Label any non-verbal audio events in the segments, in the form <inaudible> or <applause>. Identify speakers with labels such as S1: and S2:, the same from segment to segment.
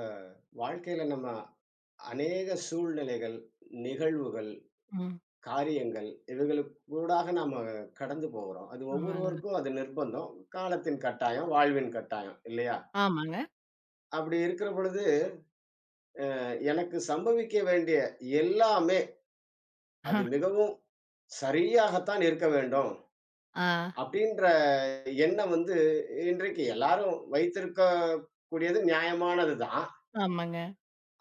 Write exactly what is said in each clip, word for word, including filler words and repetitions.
S1: அ வாழ்க்கையில நம்ம அநேக சூழ்நிலைகள், நிகழ்வுகள்,
S2: ம்.
S1: காரியங்கள் இவைகளுக்கூடாக நாம கடந்து போகுறோம். அது
S2: ஆமாங்க.
S1: ஒவ்வொருவருக்கும் அது நிர்பந்தம். காலத்தின் கட்டாயம், வாழ்வின் கட்டாயம் இல்லையா?
S2: ஆமாங்க.
S1: அப்படி இருக்கிற பொழுது அஹ், எனக்கு சம்பவிக்க வேண்டிய எல்லாமே அது மிகவும் சரியாகத்தான் இருக்க வேண்டும்.
S2: ஆ.
S1: அப்படின்ற எண்ணம் வந்து இன்றைக்கு எல்லாரும் வைத்திருக்கக்கூடியது நியாயமானது தான்.
S2: ஆமாங்க.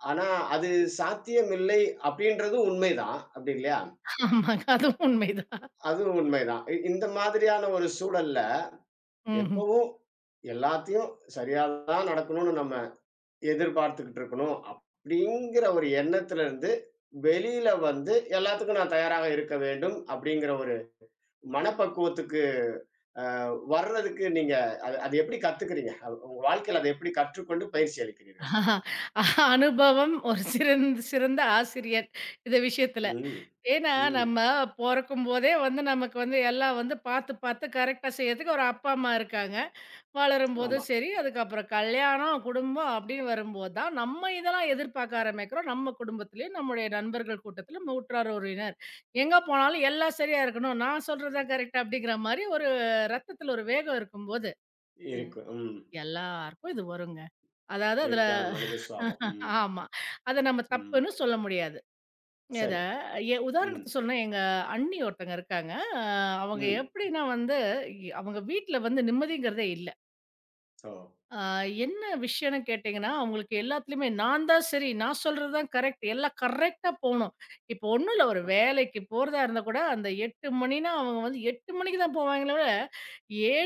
S1: ஆனா அது சாத்தியமில்லை அப்படின்றதும் உண்மைதான். அப்படி இல்லையா?
S2: ஆமாங்க. அதுவும் உண்மைதான்.
S1: அதுவும் உண்மைதான். இ இந்த மாதிரியான ஒரு சூழல்ல,
S2: ம்ஹ்ம்.
S1: எப்பவும் எல்லாத்தையும் சரியா தான் நடக்கணும்னு நம்ம எதிர்பார்த்துக்கிட்டு இருக்கணும். அப்படிங்கிற ஒரு எண்ணத்துல இருந்து, வெளியில வந்து எல்லாத்துக்கும் நான் தயாராக இருக்க வேண்டும். அப்படிங்கிற ஒரு மனப்பக்குவத்துக்கு அ வர்றதுக்கு நீங்க அது அது எப்படி கத்துக்கிறீங்க? அது உங்க வாழ்க்கையில அதை எப்படி கற்றுக்கொண்டு பயிற்சி அளிக்கிறீர்கள்?
S2: அனுபவம் ஒரு சிறந்த சிறந்த ஆசிரியர். இந்த விஷயத்துல.
S1: ம்.
S2: ஏன்னா,
S1: ம்.
S2: நம்ம பொறக்கும்போதே வந்து நமக்கு வந்து எல்லாம் வந்து பார்த்து, பார்த்து கரெக்ட்டா செய்யறதுக்கு ஒரு அப்பா, அம்மா இருக்காங்க.
S1: ஆமா.
S2: வளரும்போதும் சரி, அதுக்கப்புறம் கல்யாணம், குடும்பம் அப்படின்னு வரும்போது தான், நம்ம இதெல்லாம் எதிர்பார்க்க ஆரம்பிக்கிறோம். நம்ம குடும்பத்திலயும், நம்முடைய நண்பர்கள் கூட்டத்தில, நம்ம உற்றார் உறவினர். எங்க போனாலும் எல்லாம் சரியா இருக்கணும். நான் சொல்றது தான் கரெக்ட் அப்படிங்கிற மாரி ஒரு ரத்தத்தில ஒரு வேகம் இருக்கும்போது, எ
S1: இருக்கு. ம்.
S2: எல்லாருக்கும் இது வருங்க. அதாவது அதில
S1: இயற்கையான மனித சுபாவம். ம்.
S2: ஆமா. அத நம்ம
S1: ம்.
S2: தப்புன்னு சொல்ல முடியாது. இத
S1: சரி.
S2: எ
S1: ம்.
S2: உதாரணத்துக்கு சொல்லணும்னா, எங்க அண்ணி ஒருத்தங்க இருக்காங்க. அ அவங்க
S1: ம்.
S2: எப்படின்னா வந்து, இ- அவங்க வீட்ல வந்து நிம்மதிங்கிறதே இல்ல.
S1: ஓ!
S2: ஆ என்ன விஷயம்னு கேட்டீங்கன்னா, அவங்களுக்கு எல்லாத்துலயுமே நான் தான் சரி, நான் சொல்றது தான் கரெக்ட். எல்லாம் கரெக்ட்டா போணும். இப்போ ஒண்ணும் இல்ல ஒரு
S1: அ.
S2: வேலைக்கு போறதா இருந்தா கூட, அந்த எட்டு மணின்னா அவங்க வந்து எட்டு மணிக்கு தான் போவாங்களே தவிர,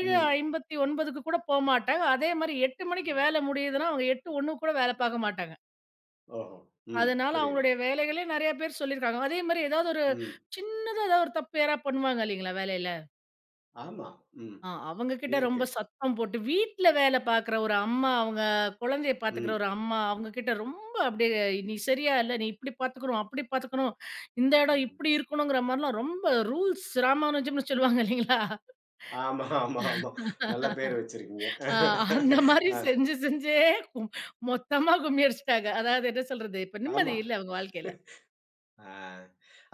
S1: ம்.
S2: கூட போமாட்டாங்க. அதே மாரி எட்டு மணிக்கு
S1: ம்.
S2: வேலை முடியுதுன்னா, அவங்க எட்டு ஒன்று கூட வேலை பார்க்க மாட்டாங்க.
S1: ஓஹோ! ம்.
S2: அதனால
S1: புரியுது.
S2: அவங்களுடைய வேலைகளே நெறைய பேர் சொல்லியிருக்காங்க. அதே மாரி ஏதாவது ஒரு
S1: ம்.
S2: சின்னதா ஏதாவது ஒரு தப்பு யாராவது பண்ணுவாங்க இல்லைங்களா வேலையில?
S1: ஆமா. ம்.
S2: ஆ அவங்க கிட்ட ரொம்ப
S1: இயற்கை.
S2: சத்தம் போட்டு, வீட்ல வேல பார்க்குற ஒரு அம்மா, அவங்க குழந்தைய பார்த்துக்கிற
S1: ம்.
S2: ஒரு அம்மா, அவங்க கிட்ட ரொம்ப அப்படியே "நீ சரியா இல்ல, நீ இப்படி பார்த்துக்கணும், அப்படி பார்த்துக்கணும், இந்த இடம்
S1: ம்.
S2: இப்படி இருக்கணுங்கிற" மாரிலாம் ரொம்ப ரூல்ஸ் ராமானுஜம்னு சொல்லுவாங்க இல்லைங்களா?
S1: ஆமா, ஆமா, ஆமா. நல்ல பேர் வச்சிருக்கீங்க.
S2: ஆ அந்த மாரி
S1: அ,
S2: செஞ்சு செஞ்சே கும் மொத்தமா கும்மி அடிச்சுட்டாங்க. அதாவது என்ன சொல்றது, இப்ப
S1: ஆமா.
S2: நிம்மதி இல்ல அவங்க வாழ்க்கையில.
S1: ஆ.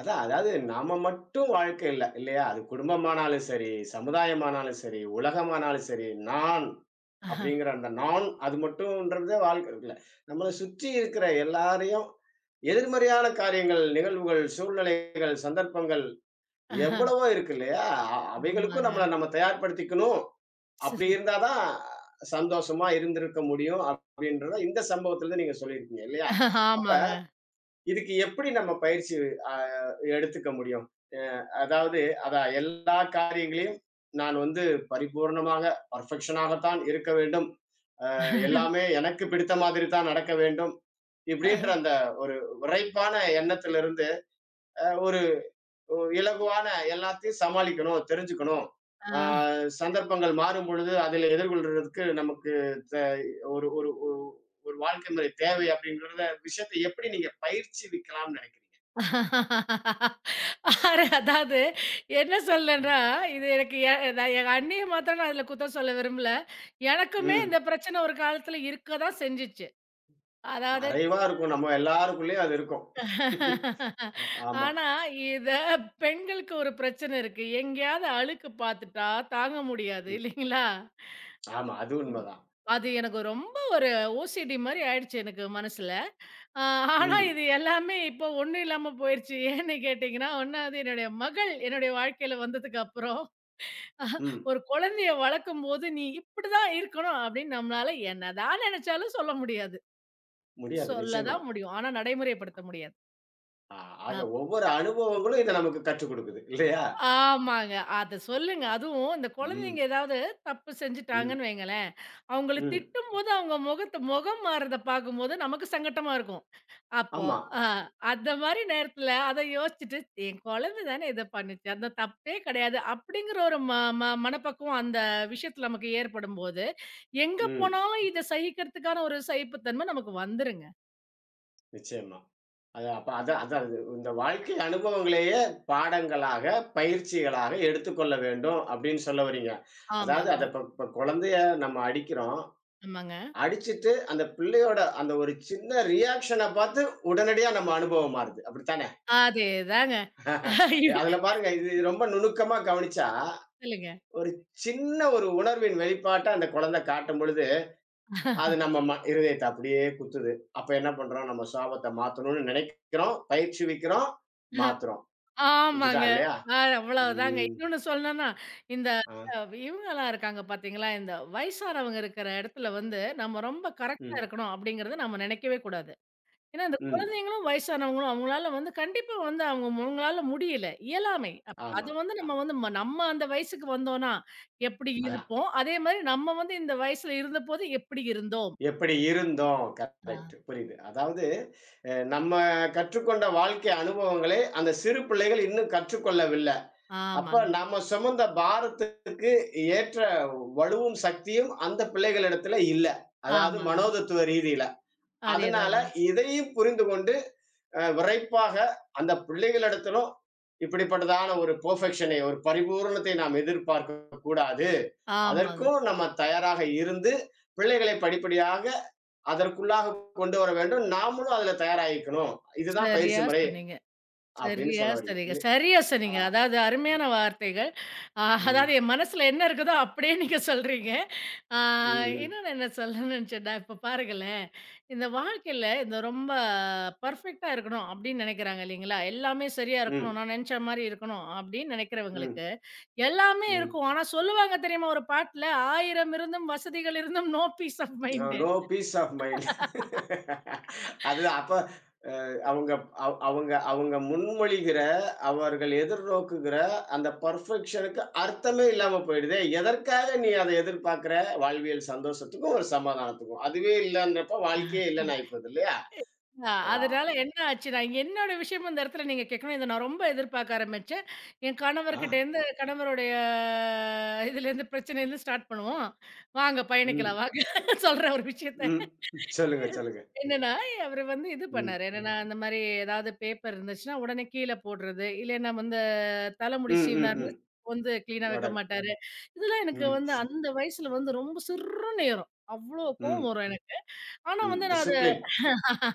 S1: அதான் அதாவது நாம மட்டும் வாழ்க்கை இல்ல, இல்லையா? அது குடும்பமானாலும் சரி, சமுதாயமானாலும் சரி, உலகமானாலும் சரி, நான்
S2: ஆஹா,
S1: அப்படிங்கிற அந்த நான் அது மட்டும்ன்றதே வாழ்க்கை இல்ல. நம்மள சுற்றி இருக்கிற எல்லாரையும் எதிர்மறையான காரியங்கள், நிகழ்வுகள், சூழ்நிலைகள், சந்தர்ப்பங்கள்
S2: ஆஹா,
S1: எவ்வளவோ இருக்கு இல்லையா? அ அவைகளுக்கும்
S2: ஆமாங்க.
S1: நம்மள நம்ம தயார்படுத்திக்கணும். அப்படி இருந்தா தான் சந்தோஷமா இருந்திருக்க முடியும் அப்படின்றத இந்த சம்பவத்திலருந்து நீங்க சொல்லியிருக்கீங்க இல்லையா? அப்ப
S2: ஆமாங்க.
S1: இதுக்கு எப்படி நம்ம பயிற்சி அ எடுத்துக்க முடியும்? அ அதாவது அதான் எல்லா காரியங்களையும் நான் வந்து பரிபூரணமாக, பெர்ஃபெக்ஷனாகத்தான் இருக்க வேண்டும். அ எல்லாமே எனக்கு பிடித்த மாதிரி தான் நடக்க வேண்டும். இப்படின்ற அந்த ஒரு விறைப்பான எண்ணத்திலிருந்து அ ஒ இலகுவான எல்லாத்தையும் சமாளிக்கணும், தெரிஞ்சுக்கணும். ஆ
S2: ஆ.
S1: சந்தர்ப்பங்கள் மாறும் பொழுது, அதில எதிர்கொள்றதுக்கு நமக்கு த ஒரு ஒரு ஒ ஒரு வாழ்க்கை முறை தேவை அப்படிங்கிறத விஷயத்த எப்படி நீங்க பயிற்சிவிக்கலாம்னு நெனைக்கிறீங்க?
S2: ஆறு அதாவது என்ன
S1: ம்.
S2: சொல்றேன்னா, இது எனக்கு எ நான் எங்க அண்ணிய மாத்திரம் நான் இதுல குத்தம் சொல்ல விரும்பல. எனக்குமே
S1: ம்.
S2: இந்த பிரச்சனை ஒரு காலத்துல இருக்க தான் செஞ்சுச்சு. அதாவது
S1: மறைவா இருக்கும். நம்ம எல்லாருக்குள்ளயும் அது இருக்கும். அ ஆமா.
S2: ஆனா, இத பெண்களுக்கு ஒரு பிரச்சனை இருக்கு. எங்கேயாவது அழுக்கு பாத்துட்டா தாங்க முடியாது
S1: ம்.
S2: இல்லைங்களா?
S1: ஆமா. அது
S2: ம்.
S1: உண்மதான்.
S2: அது எனக்கு ரொம்ப ஒரு ஓசிடி மாரி ஆயிடுச்சு எனக்கு மனசுல. ஆ, ஆனா
S1: ம்.
S2: இது எல்லாமே இப்போ ஒண்ணும் இல்லாம போயிருச்சு. ஏன்னு கேட்டீங்கன்னா, ஒண்ணாவது என்னுடைய மகள் என்னுடைய வாழ்க்கையில வந்ததுக்கு அப்புறம், அஹ்,
S1: ம்.
S2: ஒரு குழந்தைய வளர்க்கும்போது, "நீ இப்படிதான் இருக்கணும்" அப்படின்னு நம்மளால என்னதான் நினைச்சாலும் சொல்ல முடியாது.
S1: முடியாது
S2: சொல்ல
S1: நிச்சயமா.
S2: தான் முடியும். ஆனா நடைமுறைப்படுத்த முடியாது.
S1: ஆ ஆக ஒவ்வொரு அனுபவங்களும் இத நமக்கு கற்றுக் குடுக்குது. இல்லையா?
S2: ஆமாங்க. அத சொல்லுங்க.
S1: அ
S2: அதுவும் இந்த
S1: ம்.
S2: குழந்தைங்க ஏதாவது தப்பு
S1: ம்.
S2: செஞ்சுட்டாங்கன்னு வைங்களேன், அவங்கள
S1: ம்.
S2: திட்டும்போது அவங்க முகத்த முகம் மாறுறத பார்க்கும்போது நமக்கு சங்கட்டமா இருக்கும். அப்போ
S1: ஆமா.
S2: அ அந்த மாரி நேரத்தில அத யோசிச்சுட்டு, என் குழந்த தானே இத பண்ணுச்சு. அந்த தப்பே கிடையாது. அப்படிங்கிற ஒரு ம ம மனப்பக்குவம் அந்த விஷயத்துல நமக்கு ஏற்படும்போது, எங்க
S1: ம்.
S2: போனாலும் இத சகிக்கிறதுக்கான ஒரு சகிப்புத்தன்மை நமக்கு வந்துருங்க.
S1: நிச்சயமா. அது அப்ப அதான் அதான் அது இந்த வாழ்க்கை அனுபவங்களையே பாடங்களாக, பயிற்சிகளாக எடுத்துக்கொள்ள வேண்டும் அப்படின்னு சொல்ல வர்றீங்க. அதாவது
S2: ஆமாங்க,
S1: அத இப்ப இப்ப குழந்தைய நம்ம அடிக்கிறோம்.
S2: ஆமாங்க.
S1: அடிச்சுட்டு அந்த பிள்ளையோட அந்த ஒரு சின்ன ரியாக்ஷன பார்த்து உடனடியா நம்ம அனுபவம் மாறுது. அப்படித்தானே?
S2: அதேதாங்க.
S1: அதுல
S2: <laughs>
S1: பாருங்க இது இது ரொம்ப நுணுக்கமா கவனிச்சா,
S2: சொல்லுங்க.
S1: ஒரு சின்ன ஒரு உணர்வின் வெளிப்பாட்ட அந்த குழந்தை காட்டும்பொழுது, அது நம்ம ம இருதயத்த அப்படியே குத்துது. அப்ப என்ன பண்றோம்? நம்ம சாபத்த மாத்தணும்னு நினைக்கிறோம், பயிற்றுவிக்கிறோம், மாத்துறோம்.
S2: ஆமாங்க.
S1: இதுதான் இல்லையா?
S2: அ அவ்வளவுதாங்க.
S1: ம்.
S2: இன்னொன்னு சொல்லணும்னா, இந்த
S1: ஆ.
S2: அ இவங்கலாம் இருக்காங்க பார்த்தீங்களா, இந்த வயசானவங்க இருக்கிற இடத்துல வந்து, நம்ம ரொம்ப கரெக்ட்டா
S1: ம்.
S2: இருக்கணும் அப்படிங்கிறத நம்ம நினைக்கவே கூடாது. ஏன்னா, இந்த
S1: ம்.
S2: குழந்தைங்களும், வயசானவங்களும் அவங்களால வந்து கண்டிப்பா வந்து அவங்க அவங்களால முடியல. இயலாமை. அப்
S1: ஆமா.
S2: அது வந்து
S1: அ
S2: நம்ம வந்து ம நம்ம அந்த வயசுக்கு வந்தோம்னா, எப்படி
S1: அதான்.
S2: இருப்போம்? அதே மாரி நம்ம வந்து இந்த வயசுல இருந்தபோது எப்படி இருந்தோம்?
S1: எப்படி இருந்தோம்.
S2: ஆ.
S1: கரெக்ட். புரியுது. அதாவது அ நம்ம கற்றுக்கொண்ட வாழ்க்கை அனுபவங்களை அந்த சிறு பிள்ளைகள் இன்னும் கற்றுக்கொள்ளவில்ல. அப்ப
S2: ஆமாங்க,
S1: நாம சுமந்த பாரத்துக்கு ஏற்ற வலுவும், சக்தியும் அந்த பிள்ளைகளிடத்துல இல்ல. அதாவது
S2: ஆமாங்க.
S1: மனோதத்துவ ரீதியில. அதனால
S2: அதேதாங்க.
S1: இதையும் புரிந்து கொண்டு அ விரைப்பாக அந்த பிள்ளைகளிடத்திலும் இப்படிப்பட்டதான ஒரு பெர்ஃபெக்ஷனை, ஒரு பரிபூரணத்தை நாம் எதிர்பார்க்கக் கூடாது.
S2: ஆமாங்க.
S1: அதற்கும் நம்ம தயாராக இருந்து பிள்ளைகளை படிப்படியாக அதற்குள்ளாக கொண்டு வர வேண்டும் நாமளும் அதுல தயாராகிக்கணும் இதுதான் பயிற்சி
S2: சரியா
S1: முறை
S2: சொன்னீங்க.
S1: அப்படின்னு
S2: சரியா
S1: சொல்ல வரீங்க
S2: சொன்னீங்க.
S1: இல்லை
S2: சரியா
S1: ஆ
S2: சொன்னீங்க. அதாவது அருமையான வார்த்தைகள். அ
S1: ம்
S2: அதாவது என் மனசுல என்ன இருக்குதோ அப்படியே நீங்க சொல்றீங்க. ஆ
S1: ம்
S2: இன்னொன்னு என்ன சொல்ல நினைச்சேன்னா, இப்ப பாருங்களேன், இந்த வாழ்க்கையில இந்த ரொம்ப பெர்ஃபெக்ட்டா இருக்கணும் அப்படின்னு நினைக்கிறாங்க இல்லைங்களா? எல்லாமே சரியா
S1: ம்
S2: இருக்கணும், நான் நினைச்ச மாரி இருக்கணும் அப்படின்னு
S1: ம் ம்
S2: நினைக்கிறவங்களுக்கு, எல்லாமே
S1: ம்
S2: இருக்கும். ஆனா சொல்லுவாங்க தெரியுமா ஒரு பாட்டுல, "ஆயிரம் இருந்தும் வசதிகள் இருந்தும் no peace of
S1: no
S2: mind."
S1: No peace of mind. <laughs> அது அப்ப அ அவங்க அவ் அவங்க அவங்க முன்மொழிகிற, அவர்கள் எதிர்நோக்குகிற அந்த பெர்ஃபெக்ஷனுக்கு அர்த்தமே இல்லாம போயிடுதே! எதற்காக நீ அத எதிர்பார்க்கிற? வாழ்வியல் சந்தோஷத்துக்கும், ஒரு சமாதானத்துக்கும். அதுவே இல்லன்றப்ப வாழ்க்கையே இல்லன்னு ஆயிப்போது இல்லையா?
S2: அ
S1: ஆ,
S2: அதனால என்ன ஆச்சுன்னா, என்னோட விஷயம் அந்த இடத்துல நீங்க கேட்கணும். இத நான் ரொம்ப எதிர்பார்க்க ஆரம்பிச்சேன். என்
S1: ஆ,
S2: கணவர்கிட்டேருந்து கணவருடைய இதுலேருந்து பிரச்சனையிலேருந்து ஸ்டார்ட் பண்ணுவோம். வாங்க
S1: ம்,
S2: பயணிக்கலாம் வாங்க <laughs> சொல்ற ஒரு விஷயத்த.
S1: ம். ம். சொல்லுங்க, சொல்லுங்க.
S2: என்னன்னா, அவரு வந்து இது பண்ணாரு.
S1: ம்,
S2: என்னன்னா, இந்த மாரி ஏதாவது பேப்பர் இருந்துச்சுன்னா, உடனே கீழ போடுறது. இல்லைன்னா வந்து தலைமுடி
S1: ம், ம்,
S2: சீவுனாருன்னா
S1: ம்.
S2: வந்து கிளீனா வைக்க
S1: ஆர்டர்.
S2: மாட்டாரு. இதெல்லாம் எனக்கு
S1: ம்,
S2: வந்து அந்த வயசுல வந்து ரொம்ப சிர்ருன்னு ஏறும். அவ்ளோ கோவம்
S1: ம்,
S2: வரும் எனக்கு. ஆனா
S1: ம்.
S2: வந்து நான் அத
S1: டிசிப்ளின்.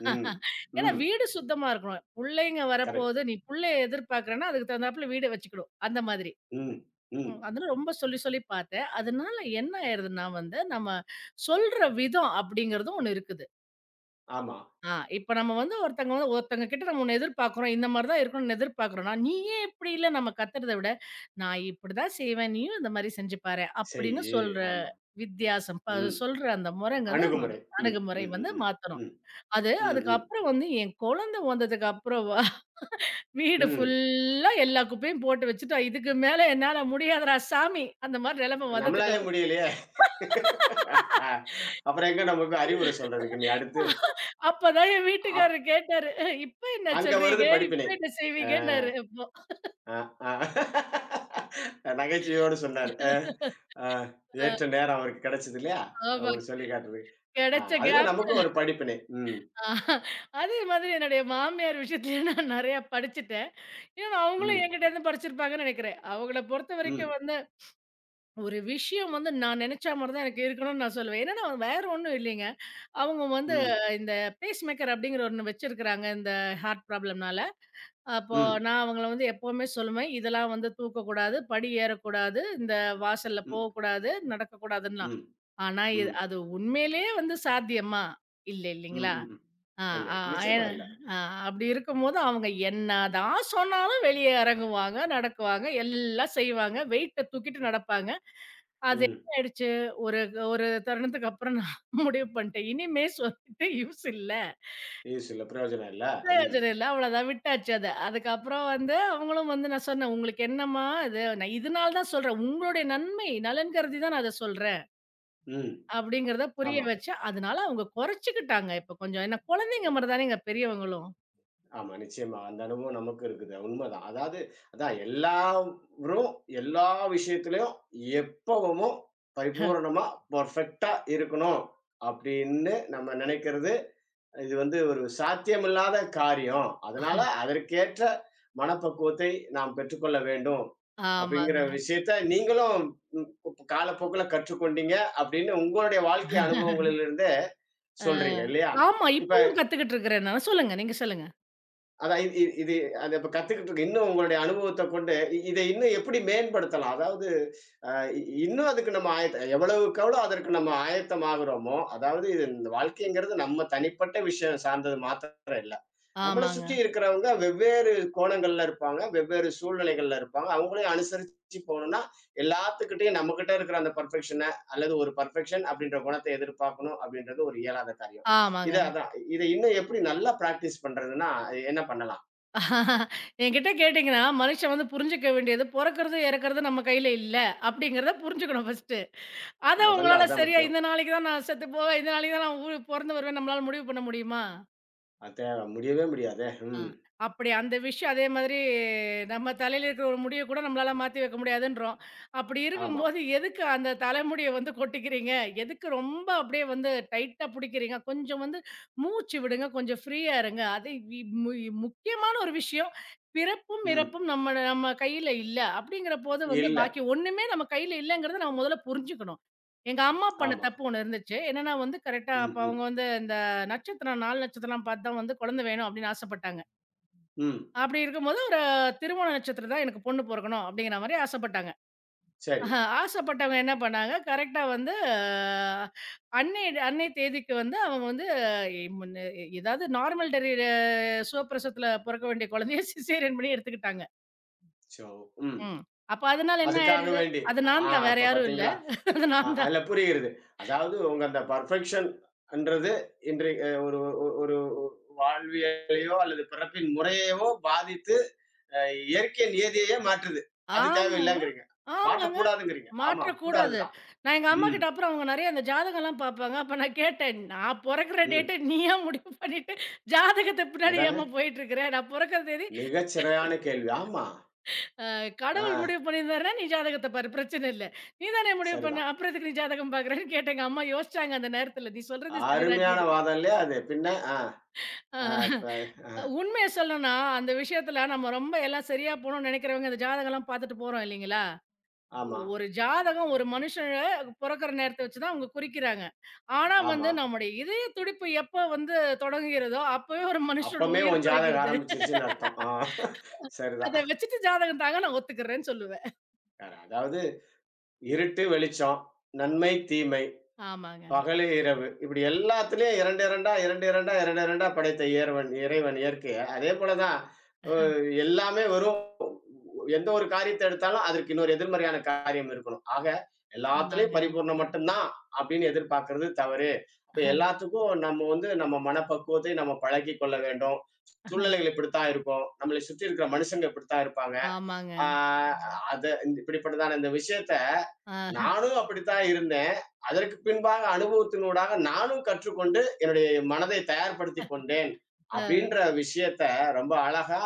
S1: ம்,
S2: ஏன்னா
S1: ம்.
S2: வீடு சுத்தமா இருக்கணும். புள்ளைங்க
S1: கரெக்ட்.
S2: வரப்போது, நீ புள்ளைய எதிர்பார்க்கிறன்னா, அதுக்கு தகுந்தாப்புல வீட வச்சுக்கணும். அந்த மாதிரி.
S1: ம், ம்.
S2: ம். அதனால ரொம்ப சொல்லி சொல்லி பார்த்தேன். அதனால என்ன ஆயிருதுன்னா வந்து, நம்ம சொல்ற விதம் அப்படிங்கிறதும் ஒண்ணு இருக்குது.
S1: ஆமா.
S2: ஆ இப்ப நம்ம வந்து ஒருத்தங்க வந்து ஒருத்தங்க கிட்ட நம்ம ஒண்ணு எதிர்பார்க்கிறோம். இந்த மாரி தான் இருக்கணும்னு எதிர்பார்க்கிறோம்னா, "நீ ஏன் இப்படில?" நம்ம கத்துறத விட, "நான் இப்படிதான் செய்வேன். நீயும் இந்த மாரி செஞ்சு பாரேன்." அப்படின்னு
S1: செய்யி.
S2: சொல்ற
S1: ஆமா.
S2: வித்தியாசம். ப
S1: ம்.
S2: சொல்ற அந்த முறைங்கிறத
S1: அணுகுமுறை. ம்.
S2: அணுகுமுறை
S1: ம். ம்.
S2: வந்து
S1: ம்.
S2: மாத்தணும்.
S1: ம்.
S2: அது
S1: ம். ம்.
S2: அதுக்கப்புறம் வந்து என் குழந்தை வந்ததுக்கப்புறம் வ வீடு
S1: ம்.
S2: ஃபுல்லா எல்லா குப்பையும் போட்டு வச்சுட்டா. இதுக்கு மேல என்னால முடியாதுடா சாமி! அந்த மாரி நிலைமை வந்ததுக்கு
S1: நம்மளாலயே
S2: அப்புறம்.
S1: முடியலையே!
S2: <laughs>
S1: ஆ. அப்புறம் எங்க நமக்கு அறிவுரை சொல்றதுக்கு இனி அடுத்து?
S2: அப்பதான் என்
S1: அப்
S2: வீட்டுக்காரரு கேட்டாரு. "அஹ், "இப்ப என்ன
S1: அங்க வருது
S2: சொல்றீங்க?
S1: படிப்பினை.
S2: இப்ப என்ன
S1: அ,
S2: செய்வீங்கன்னாரு" அப்போ.
S1: அ, அ. நகைச்சுவையோடு சொன்னாரு. அ, அ.
S2: அ
S1: ஏற்ற நேரம் அவருக்கு கிடைச்சது இல்லையா?
S2: ஆமா
S1: உங்களுக்கு சொல்லி காட்டுறதுக்கு. ஆ
S2: கிடைச்ச
S1: அதுல
S2: கேப்
S1: நமக்கும் ஒரு படிப்பினை. ம்.
S2: <laughs> அதே மாதிரி என்னுடைய மாமியார் விஷயத்துல நான் நெறையா படிச்சுட்டேன். ஏன்னா அவங்களும்
S1: ம்.
S2: என்கிட்டேருந்து படிச்சிருப்பாங்கன்னு நெனைக்கிறேன். அவங்கள
S1: ம்.
S2: பொறுத்தவரைக்கும் வந்து ஒரு விஷயம் வந்து நான் நெனைச்சா மாரி தான் எனக்கு இருக்கணும்னு நான் சொல்லுவேன். ஏன்னா, நான் வேற ஒண்ணும் இல்லைங்க. அவங்க வந்து
S1: ம்.
S2: இந்த பேஸ்மேக்கர் அப்படிங்கிற ஒண்ணு வச்சிருக்கிறாங்க. இந்த ஹார்ட் ப்ராப்ளம்னால. அப்போ
S1: ம்.
S2: நான் அவங்கள வந்து எப்பவுமே சொல்லுவேன், இதெல்லாம் வந்து தூக்கக்கூடாது, படி ஏறக்கூடாது, இந்த வாசல்ல
S1: ம்.
S2: போகக்கூடாது,
S1: ம்.
S2: நடக்கக்கூடாதுன்லாம்.
S1: ம்.
S2: ஆனா இது
S1: ம்.
S2: அது உண்மையிலேயே வந்து சாத்தியமா? இல்ல
S1: ம்.
S2: இல்லைங்களா?
S1: ம்.
S2: ஆ,
S1: இல்ல.
S2: ஆ,
S1: நிச்சயமா
S2: ஏன்னா
S1: இல்ல.
S2: ஆ அப்படி இருக்கும்போது அவங்க என்னதான் சொன்னாலும் வெளியே இறங்குவாங்க, நடக்குவாங்க, எல்லாம் செய்வாங்க. வெயிட்ட தூக்கிட்டு நடப்பாங்க. அது
S1: ம்.
S2: என்ன ஆயிடுச்சு, ஒரு ஒரு தருணத்துக்கு அப்புறம் நான் <laughs> முடிவு பண்ணிட்டேன். இனிமே சொல்லிட்டு யூஸ் இல்ல.
S1: யூஸ் இல்ல. பிரயோஜனம் இல்ல. ம்.
S2: பிரயோஜனம் இல்ல. அவ்வளோதான் விட்டாச்சு அத. அதுக்கப்புறம் வந்து அவங்களும் வந்து நான் சொன்னேன், "உங்களுக்கு என்னம்மா இது? நான் இதனால தான் சொல்றேன். உங்களுடைய நன்மை, நலன் கருதி தான் நான் அத சொல்றேன்."
S1: ம்.
S2: அப்படிங்கிறத புரிய
S1: ஆமா,
S2: வச்சேன். அதனால அவங்க குறைச்சுக்கிட்டாங்க இப்ப கொஞ்சம். ஏன்னா குழந்தைங்க மாரி தானேங்க பெரியவங்களும்.
S1: ஆமா. நிச்சயமா. அந்த அனுபவம் நமக்கு இருக்குது. உண்மதான். அதாவது அதான் எல்லாரும் எல்லா விஷயத்திலயும் எப்பவுமோ பரிபூரணமா, பெர்ஃபெக்ட்டா இருக்கணும் அப்படின்னு நம்ம நினைக்கிறது, இது வந்து ஒரு சாத்தியமில்லாத காரியம். அதனால அதற்கேற்ற மனப்பக்குவத்தை நாம் பெற்றுக்கொள்ள வேண்டும். அப்படிங்கிற
S2: ஆமாங்க.
S1: விஷயத்த நீங்களும் ம் காலப்போக்குல கற்றுக்கொண்டீங்க அப்படின்னு உங்களுடைய வாழ்க்கை அனுபவங்களிலிருந்தே
S2: ஆ.
S1: சொல்றீங்க இல்லையா?
S2: ஆமா.
S1: இப்ப
S2: இப்பவும் கத்துக்கிட்டு இருக்கிறேன் நான். சொல்லுங்க. நீங்க சொல்லுங்க.
S1: அதான் இது இது இது அது அப்ப கத்துக்கிட்டு இருக்கு. இன்னும் உங்களுடைய அனுபவத்த கொண்டு இ இத இன்னும் எப்படி மேம்படுத்தலாம்? அதாவது அ இ இன்னும் அதுக்கு நம்ம ஆயத்த எவ்வளவுக்கு எவ்வளோ அதற்கு நம்ம ஆயத்தமாகுறோமோ, அதாவது இது இந்த வாழ்க்கைங்கிறது நம்ம தனிப்பட்ட விஷயம் சார்ந்தது மாத்திரம் இல்ல. நம்மள
S2: ஆமாங்க.
S1: சுற்றி இருக்கிறவங்க வெவ்வேறு கோணங்கள்ல இருப்பாங்க. வெவ்வேறு சூழ்நிலைகள்ல இருப்பாங்க. அவங்களையும் அனுசரிச்சு போணும்னா, எல்லாத்துக்கிட்டயும் நம்மகிட்ட இருக்கிற அந்த பெர்ஃபெக்ஷன அல்லது ஒரு பெர்ஃபெக்ஷன் அப்படின்ற குணத்த எதிர்பார்க்கணும் அப்படின்றது ஒரு இயலாத காரியம். இத
S2: ஆமாங்க.
S1: அதான். இத இன்னும் எப்படி நல்லா பிராக்டிஸ் பண்றதுன்னா, அது என்ன பண்ணலாம்?
S2: என்கிட்ட கேட்டீங்கன்னா, மனுஷன் வந்து புரிஞ்சுக்க வேண்டியது, பொறக்கிறது, இறக்கிறது நம்ம கையில இல்ல. அப்படிங்கிறத புரிஞ்சுக்கணும் ஃபர்ஸ்ட்டு. அத
S1: முதல்ல
S2: உங்களால
S1: அதான்
S2: சரியா
S1: முக்கியம்.
S2: இந்த நாளைக்கு தான் நான் செத்து போவேன். இந்த நாளைக்கு தான் நான் ஊ பொறந்து வருவேன். நம்மளால முடிவு பண்ண முடியுமா?
S1: அது தேவ முடியவே முடியாதே!
S2: ஆ.
S1: ம்.
S2: அப்படி அந்த விஷயம் அதே மாதிரி நம்ம தலையில இருக்கிற ஒரு முடிய கூட நம்மளால மாத்தி வைக்க முடியாதுன்றோம். அப்படி
S1: ஆமா.
S2: இருக்கும்போது எதுக்கு அந்த தலைமுடிய வந்து கொட்டிக்கிறீங்க? எதுக்கு ரொம்ப அப்படியே வந்து டைட்டா புடிக்கிறீங்க? கொஞ்சம் வந்து மூச்சு விடுங்க. கொஞ்சம் ஃப்ரீயா இருங்க. அது வி மு முக்கியமான ஒரு விஷயம். பிறப்பும்,
S1: ம்.
S2: இறப்பும் நம்ம நம்ம கையில இல்ல. அப்படிங்கிற போது வந்து
S1: இல்ல.
S2: பாக்கி ஒண்ணுமே நம்ம கையில இல்லங்கிறத நம்ம முதல்ல புரிஞ்சுக்கணும். எங்க அம்மா பண்ண
S1: ஆமா.
S2: தப்பு ஒண்ணு இருந்துச்சு. என்னன்னா வந்து கரெக்ட்டா
S1: ம்,
S2: அப்ப
S1: ம்,
S2: அவங்க வந்து இந்த நட்சத்திரம் நான்கு நட்சத்திரம்லாம் பார்த்து தான் வந்து குழந்தை வேணும் அப்படின்னு ஆசைப்பட்டாங்க.
S1: ம்.
S2: அப்படி இருக்கும்போது ஒரு திருவோண நட்சத்திரம் தான் எனக்கு பொண்ணு பொறக்கணும் அப்படிங்கிற மாரி ஆசைப்பட்டாங்க.
S1: சரி.
S2: ஆஹா, ஆசைப்பட்டவங்க என்ன பண்ணாங்க, கரெக்ட்டா வந்து அஹ், அன்னை அன்னை தேதிக்கு வந்து அவங்க வந்து அஹ், இ- முன்ன இ- ஏதாவது நார்மல் டெலிவரி சுகப்பிரசவத்துல பொறக்க வேண்டிய குழந்தைய <laughs> சிசேரியன் பண்ணி எடுத்துக்கிட்டாங்க.
S1: சோ, ம்.
S2: ம். அப்ப அதனால என்ன
S1: அதுக்காக
S2: ஆயிடுது?
S1: வேண்டி.
S2: அது
S1: ஆ
S2: நான் தான் வேற
S1: இப்ப
S2: யாரும் இல்ல.
S1: பார்த்தீங்களா?
S2: <laughs> அது
S1: அ
S2: நான் தான்.
S1: அதுல புரிகிறது. அதாவது உங்க அந்த பெர்ஃபெக்ஷன் ன்றது இன்றைய ஒரு ஒ ஒரு வாழ்வியலையோ அல்லது பிறப்பின் முறையையோ பாதித்து, அ இயற்கை நியதியையே மாற்றுது. அது
S2: ஆமாங்க.
S1: தேவையில்லங்கிறீங்க.
S2: ஆமாங்க.
S1: மாற்றக்கூடாதுங்கிறீங்க. ஆமா,
S2: மாற்றக்கூடாது.
S1: கூடாதுதான்.
S2: நான் எங்க
S1: ம்.
S2: அம்மாகிட்ட அப்புறம் அவங்க நெறைய அந்த ஜாதகம்லாம் பார்ப்பாங்க. அப்ப நான் கேட்டேன், "நான் பொறக்கிற
S1: ம்.
S2: டேட்ட நீ ஏன் முடிவு பண்ணிட்டு, ஜாதகத்த பின்னாடி
S1: அதானே!
S2: ஏம்மா போயிட்டுருக்கிற? நான் பொறக்கிற தேதி
S1: மிகச் சிறையான கேள்வி. ஆமா.
S2: அ
S1: ஆ
S2: கடவுள் முடிவு பண்ணியிருந்தாருன்னா, நீ ஜாதகத்த பாரு பிரச்சன இல்ல. நீ தானே முடிவு பண்ண.
S1: சரிதான்.
S2: அப்புறம் எதுக்கு நீ ஜாதகம் பார்க்குறன்னு?" கேட்டு எங்க அம்மா யோசிச்சாங்க அந்த நேரத்தில. "நீ சொல்றது
S1: அருமையான
S2: சரிதான்டின்னு."
S1: வாதம் இல்லையா அது? பின்ன ஆ, ஆ ப
S2: அ உண்மைய சொல்லணும்னா, அந்த விஷயத்தில நம்ம ரொம்ப எல்லாம் சரியா போணும்னு நெனைக்கிறவங்க, அந்த ஜாதகம்லாம் பார்த்துட்டு போறோம் இல்லைங்களா?
S1: ஆமா,
S2: ஒரு ஜாதகம் ஒரு மனுஷன பொறக்கிற நேரத்த வச்சு தான் அவங்க குறிக்கிறாங்க. ஆனா
S1: ஆமா.
S2: வந்து நம்முடைய இதய துடிப்பு எப்ப வந்து தொடங்குகிறதோ, அப்பவே ஒரு மனுஷனோட
S1: அப்பமே
S2: உயிர்
S1: உன் ஜாதகம்
S2: தொடங்கிறது.
S1: ஆரம்பிச்சிருச்சுன்னு அர்த்தம். ஆ சரிதான்.
S2: அத வச்சுட்டு ஜாதகம் தாங்க நான் ஒத்துக்கிறேன்னு சொல்லுவேன்.
S1: அதாவது இருட்டு, வெளிச்சம், நன்மை, தீமை,
S2: ஆமாங்க,
S1: பகலு, இரவு இப்படி எல்லாத்துலயும் 2 2 2 2 2 2 படைத்த இறைவன் இறைவன் இயற்கைய. அதேபோல தான் அ எல்லாமே வெறும் எந்த ஒரு காரியத்தை எடுத்தாலும் அதற்கு இன்னொரு எதிர்மறையான காரியம் இருக்கணும். ஆக எல்லாத்துலயும்
S2: ஆமாங்க.
S1: பரிபூரணம் மட்டும் தான் அப்படின்னு எதிர்பார்க்கிறது தவறு. அப்ப எல்லாத்துக்கும் நம்ம வந்து நம்ம மனப்பக்குவத்தை நம்ம பழக்கிக் கொள்ள வேண்டும். சூழ்நிலைகள் இப்படித்தான் இருக்கும். நம்மளை சுற்றி இருக்கிற மனுஷங்க இப்படித்தான் இருப்பாங்க.
S2: ஆமாங்க.
S1: ஆ அத இப்படிப்பட்டதான இந்த விஷயத்த
S2: ஆ.
S1: நானும் அப்படித்தான் இருந்தேன். அதற்கு பின்பாக அனுபவத்தினூடாக நானும் கற்றுக்கொண்டு என்னுடைய மனதை தயார்படுத்திக் கொண்டேன். அப்படின்ற விஷயத்த ரொம்ப அழகா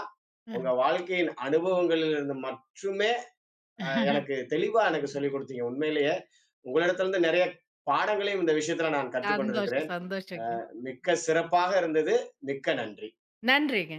S1: உங்க வாழ்க்கையின் அனுபவங்களிலிருந்து மட்டுமே அ எனக்கு தெளிவா எனக்கு சொல்லிக் குடுத்தீங்க. உண்மையிலேயே உங்களிடத்திலிருந்து நிறைய பாடங்களையும் இந்த விஷயத்துல நான்
S2: சந்தோஷம்,
S1: கற்றுக்கொண்டிருக்கிறேன்.
S2: சந்தோஷங்க.
S1: மிக்க சிறப்பாக இருந்தது. மிக்க நன்றி.
S2: நன்றிங்க.